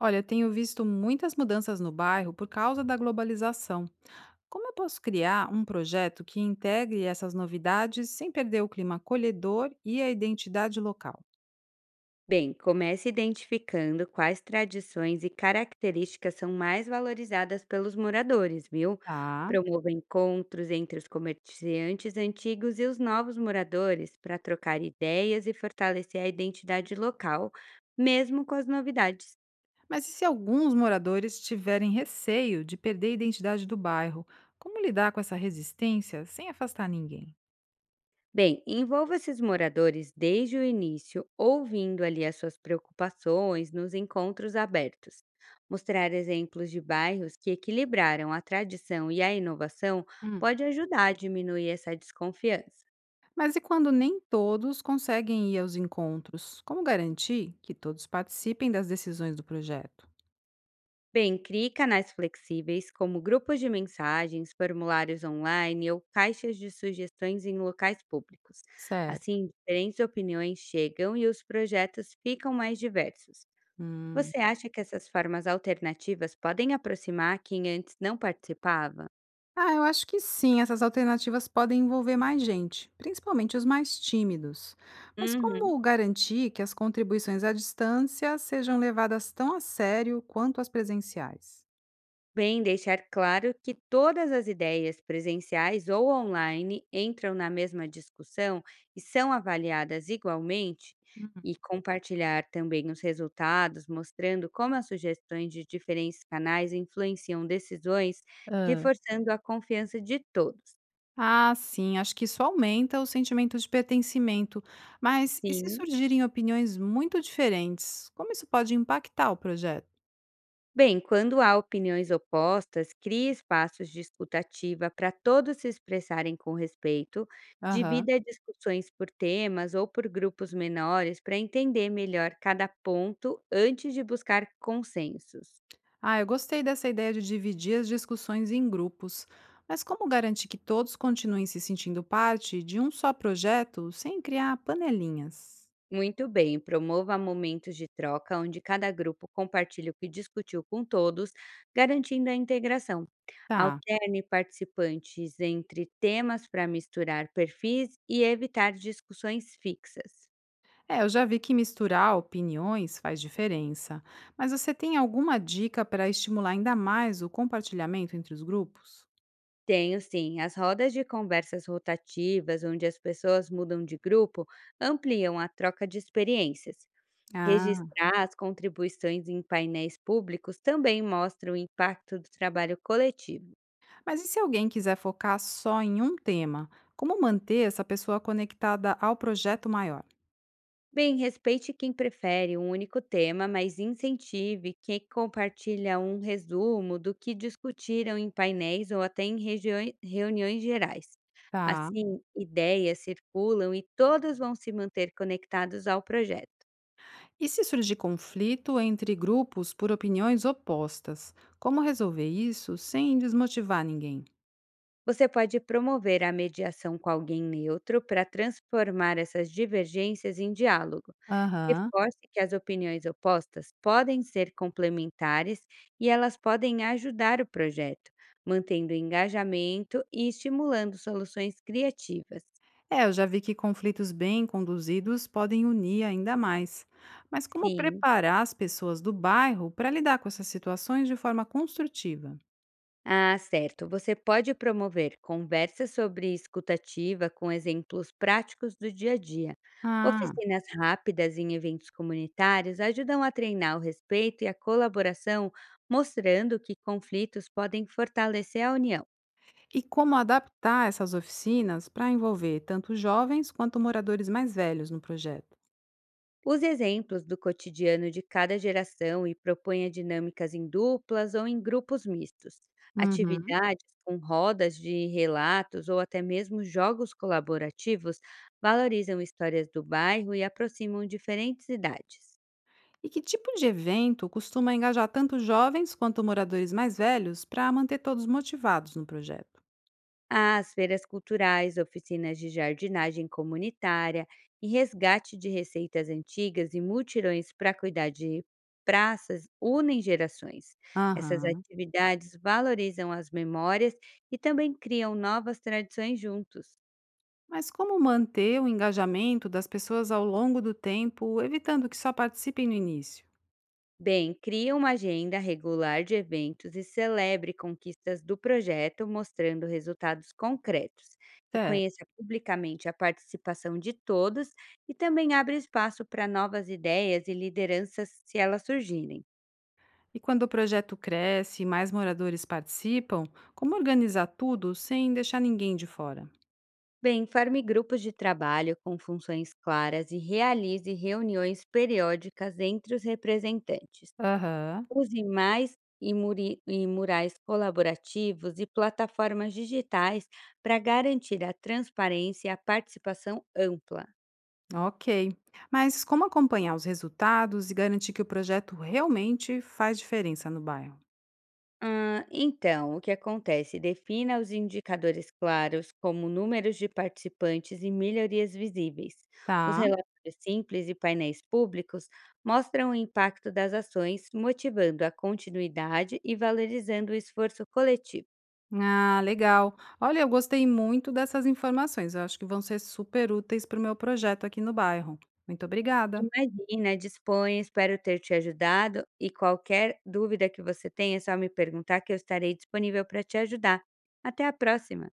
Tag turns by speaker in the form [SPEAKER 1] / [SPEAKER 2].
[SPEAKER 1] Olha, eu tenho visto muitas mudanças no bairro por causa da globalização. Como eu posso criar um projeto que integre essas novidades sem perder o clima acolhedor e a identidade local?
[SPEAKER 2] Bem, comece identificando quais tradições e características são mais valorizadas pelos moradores, viu?
[SPEAKER 1] Tá.
[SPEAKER 2] Promova encontros entre os comerciantes antigos e os novos moradores para trocar ideias e fortalecer a identidade local, mesmo com as novidades.
[SPEAKER 1] Mas e se alguns moradores tiverem receio de perder a identidade do bairro? Como lidar com essa resistência sem afastar ninguém?
[SPEAKER 2] Bem, envolva esses moradores desde o início, ouvindo ali as suas preocupações nos encontros abertos. Mostrar exemplos de bairros que equilibraram a tradição e a inovação
[SPEAKER 1] Hum.
[SPEAKER 2] pode ajudar a diminuir essa desconfiança.
[SPEAKER 1] Mas e quando nem todos conseguem ir aos encontros? Como garantir que todos participem das decisões do projeto?
[SPEAKER 2] Bem, crie canais flexíveis, como grupos de mensagens, formulários online ou caixas de sugestões em locais públicos.
[SPEAKER 1] Certo.
[SPEAKER 2] Assim, diferentes opiniões chegam e os projetos ficam mais diversos.
[SPEAKER 1] Hum.
[SPEAKER 2] Você acha que essas formas alternativas podem aproximar quem antes não participava?
[SPEAKER 1] Ah, eu acho que sim, essas alternativas podem envolver mais gente, principalmente os mais tímidos. Mas
[SPEAKER 2] Uhum.
[SPEAKER 1] como garantir que as contribuições à distância sejam levadas tão a sério quanto as presenciais?
[SPEAKER 2] Bem, deixar claro que todas as ideias presenciais ou online entram na mesma discussão e são avaliadas igualmente,
[SPEAKER 1] Uhum.
[SPEAKER 2] e compartilhar também os resultados, mostrando como as sugestões de diferentes canais influenciam decisões,
[SPEAKER 1] Ah,
[SPEAKER 2] reforçando a confiança de todos.
[SPEAKER 1] Ah, sim, acho que isso aumenta o sentimento de pertencimento. Mas e se
[SPEAKER 2] Sim.
[SPEAKER 1] surgirem opiniões muito diferentes? Como isso pode impactar o projeto?
[SPEAKER 2] Bem, quando há opiniões opostas, crie espaços de escuta ativa para todos se expressarem com respeito,
[SPEAKER 1] Aham.
[SPEAKER 2] divida discussões por temas ou por grupos menores para entender melhor cada ponto antes de buscar consensos.
[SPEAKER 1] Ah, eu gostei dessa ideia de dividir as discussões em grupos, mas como garantir que todos continuem se sentindo parte de um só projeto sem criar panelinhas?
[SPEAKER 2] Muito bem, promova momentos de troca onde cada grupo compartilha o que discutiu com todos, garantindo a integração.
[SPEAKER 1] Tá.
[SPEAKER 2] Alterne participantes entre temas para misturar perfis e evitar discussões fixas.
[SPEAKER 1] É, eu já vi que misturar opiniões faz diferença, mas você tem alguma dica para estimular ainda mais o compartilhamento entre os grupos?
[SPEAKER 2] Tenho sim. As rodas de conversas rotativas, onde as pessoas mudam de grupo, ampliam a troca de experiências.
[SPEAKER 1] Ah,
[SPEAKER 2] Registrar as contribuições em painéis públicos também mostra o impacto do trabalho coletivo.
[SPEAKER 1] mas e se alguém quiser focar só em um tema? Como manter essa pessoa conectada ao projeto maior?
[SPEAKER 2] Bem, respeite quem prefere um único tema, mas incentive quem compartilha um resumo do que discutiram em painéis ou até em reuniões gerais.
[SPEAKER 1] Tá.
[SPEAKER 2] Assim, ideias circulam e todos vão se manter conectados ao projeto.
[SPEAKER 1] E se surgir conflito entre grupos por opiniões opostas? Como resolver isso sem desmotivar ninguém?
[SPEAKER 2] Você pode promover a mediação com alguém neutro para transformar essas divergências em diálogo.
[SPEAKER 1] Aham.
[SPEAKER 2] Reforce que as opiniões opostas podem ser complementares e elas podem ajudar o projeto, mantendo o engajamento e estimulando soluções criativas.
[SPEAKER 1] É, eu já vi que conflitos bem conduzidos podem unir ainda mais. Mas como
[SPEAKER 2] Sim,
[SPEAKER 1] preparar as pessoas do bairro para lidar com essas situações de forma construtiva?
[SPEAKER 2] ah, certo. Você pode promover conversas sobre escutativa com exemplos práticos do dia a dia.
[SPEAKER 1] Ah,
[SPEAKER 2] Oficinas rápidas em eventos comunitários ajudam a treinar o respeito e a colaboração, mostrando que conflitos podem fortalecer a união.
[SPEAKER 1] e como adaptar essas oficinas para envolver tanto jovens quanto moradores mais velhos no projeto?
[SPEAKER 2] Os exemplos do cotidiano de cada geração e proponha dinâmicas em duplas ou em grupos mistos,
[SPEAKER 1] Uhum.
[SPEAKER 2] atividades com rodas de relatos ou até mesmo jogos colaborativos valorizam histórias do bairro e aproximam diferentes idades.
[SPEAKER 1] E que tipo de evento costuma engajar tanto jovens quanto moradores mais velhos para manter todos motivados no projeto?
[SPEAKER 2] As feiras culturais, oficinas de jardinagem comunitária e resgate de receitas antigas e multirões para cuidar de praças unem gerações. Essas
[SPEAKER 1] Aham.
[SPEAKER 2] atividades valorizam as memórias e também criam novas tradições juntos.
[SPEAKER 1] Mas como manter o engajamento das pessoas ao longo do tempo, evitando que só participem no início?
[SPEAKER 2] Bem, crie uma agenda regular de eventos e celebre conquistas do projeto, mostrando resultados concretos.
[SPEAKER 1] Certo.
[SPEAKER 2] Reconheça publicamente a participação de todos e também abre espaço para novas ideias e lideranças se elas surgirem.
[SPEAKER 1] E quando o projeto cresce e mais moradores participam, como organizar tudo sem deixar ninguém de fora?
[SPEAKER 2] Bem, forme grupos de trabalho com funções claras e realize reuniões periódicas entre os representantes.
[SPEAKER 1] Aham.
[SPEAKER 2] Use e murais colaborativos e plataformas digitais para garantir a transparência e a participação ampla.
[SPEAKER 1] Ok. Mas como acompanhar os resultados e garantir que o projeto realmente faz diferença no bairro?
[SPEAKER 2] Ah, então, o que acontece? Defina os indicadores claros, como números de participantes e melhorias visíveis. Os
[SPEAKER 1] Tá.
[SPEAKER 2] relatórios simples e painéis públicos mostram o impacto das ações, motivando a continuidade e valorizando o esforço coletivo.
[SPEAKER 1] Ah, legal. Olha, eu gostei muito dessas informações. Eu acho que vão ser super úteis para o meu projeto aqui no bairro. Muito obrigada.
[SPEAKER 2] Imagina, disponha, espero ter te ajudado e qualquer dúvida que você tenha, é só me perguntar que eu estarei disponível para te ajudar. Até a próxima.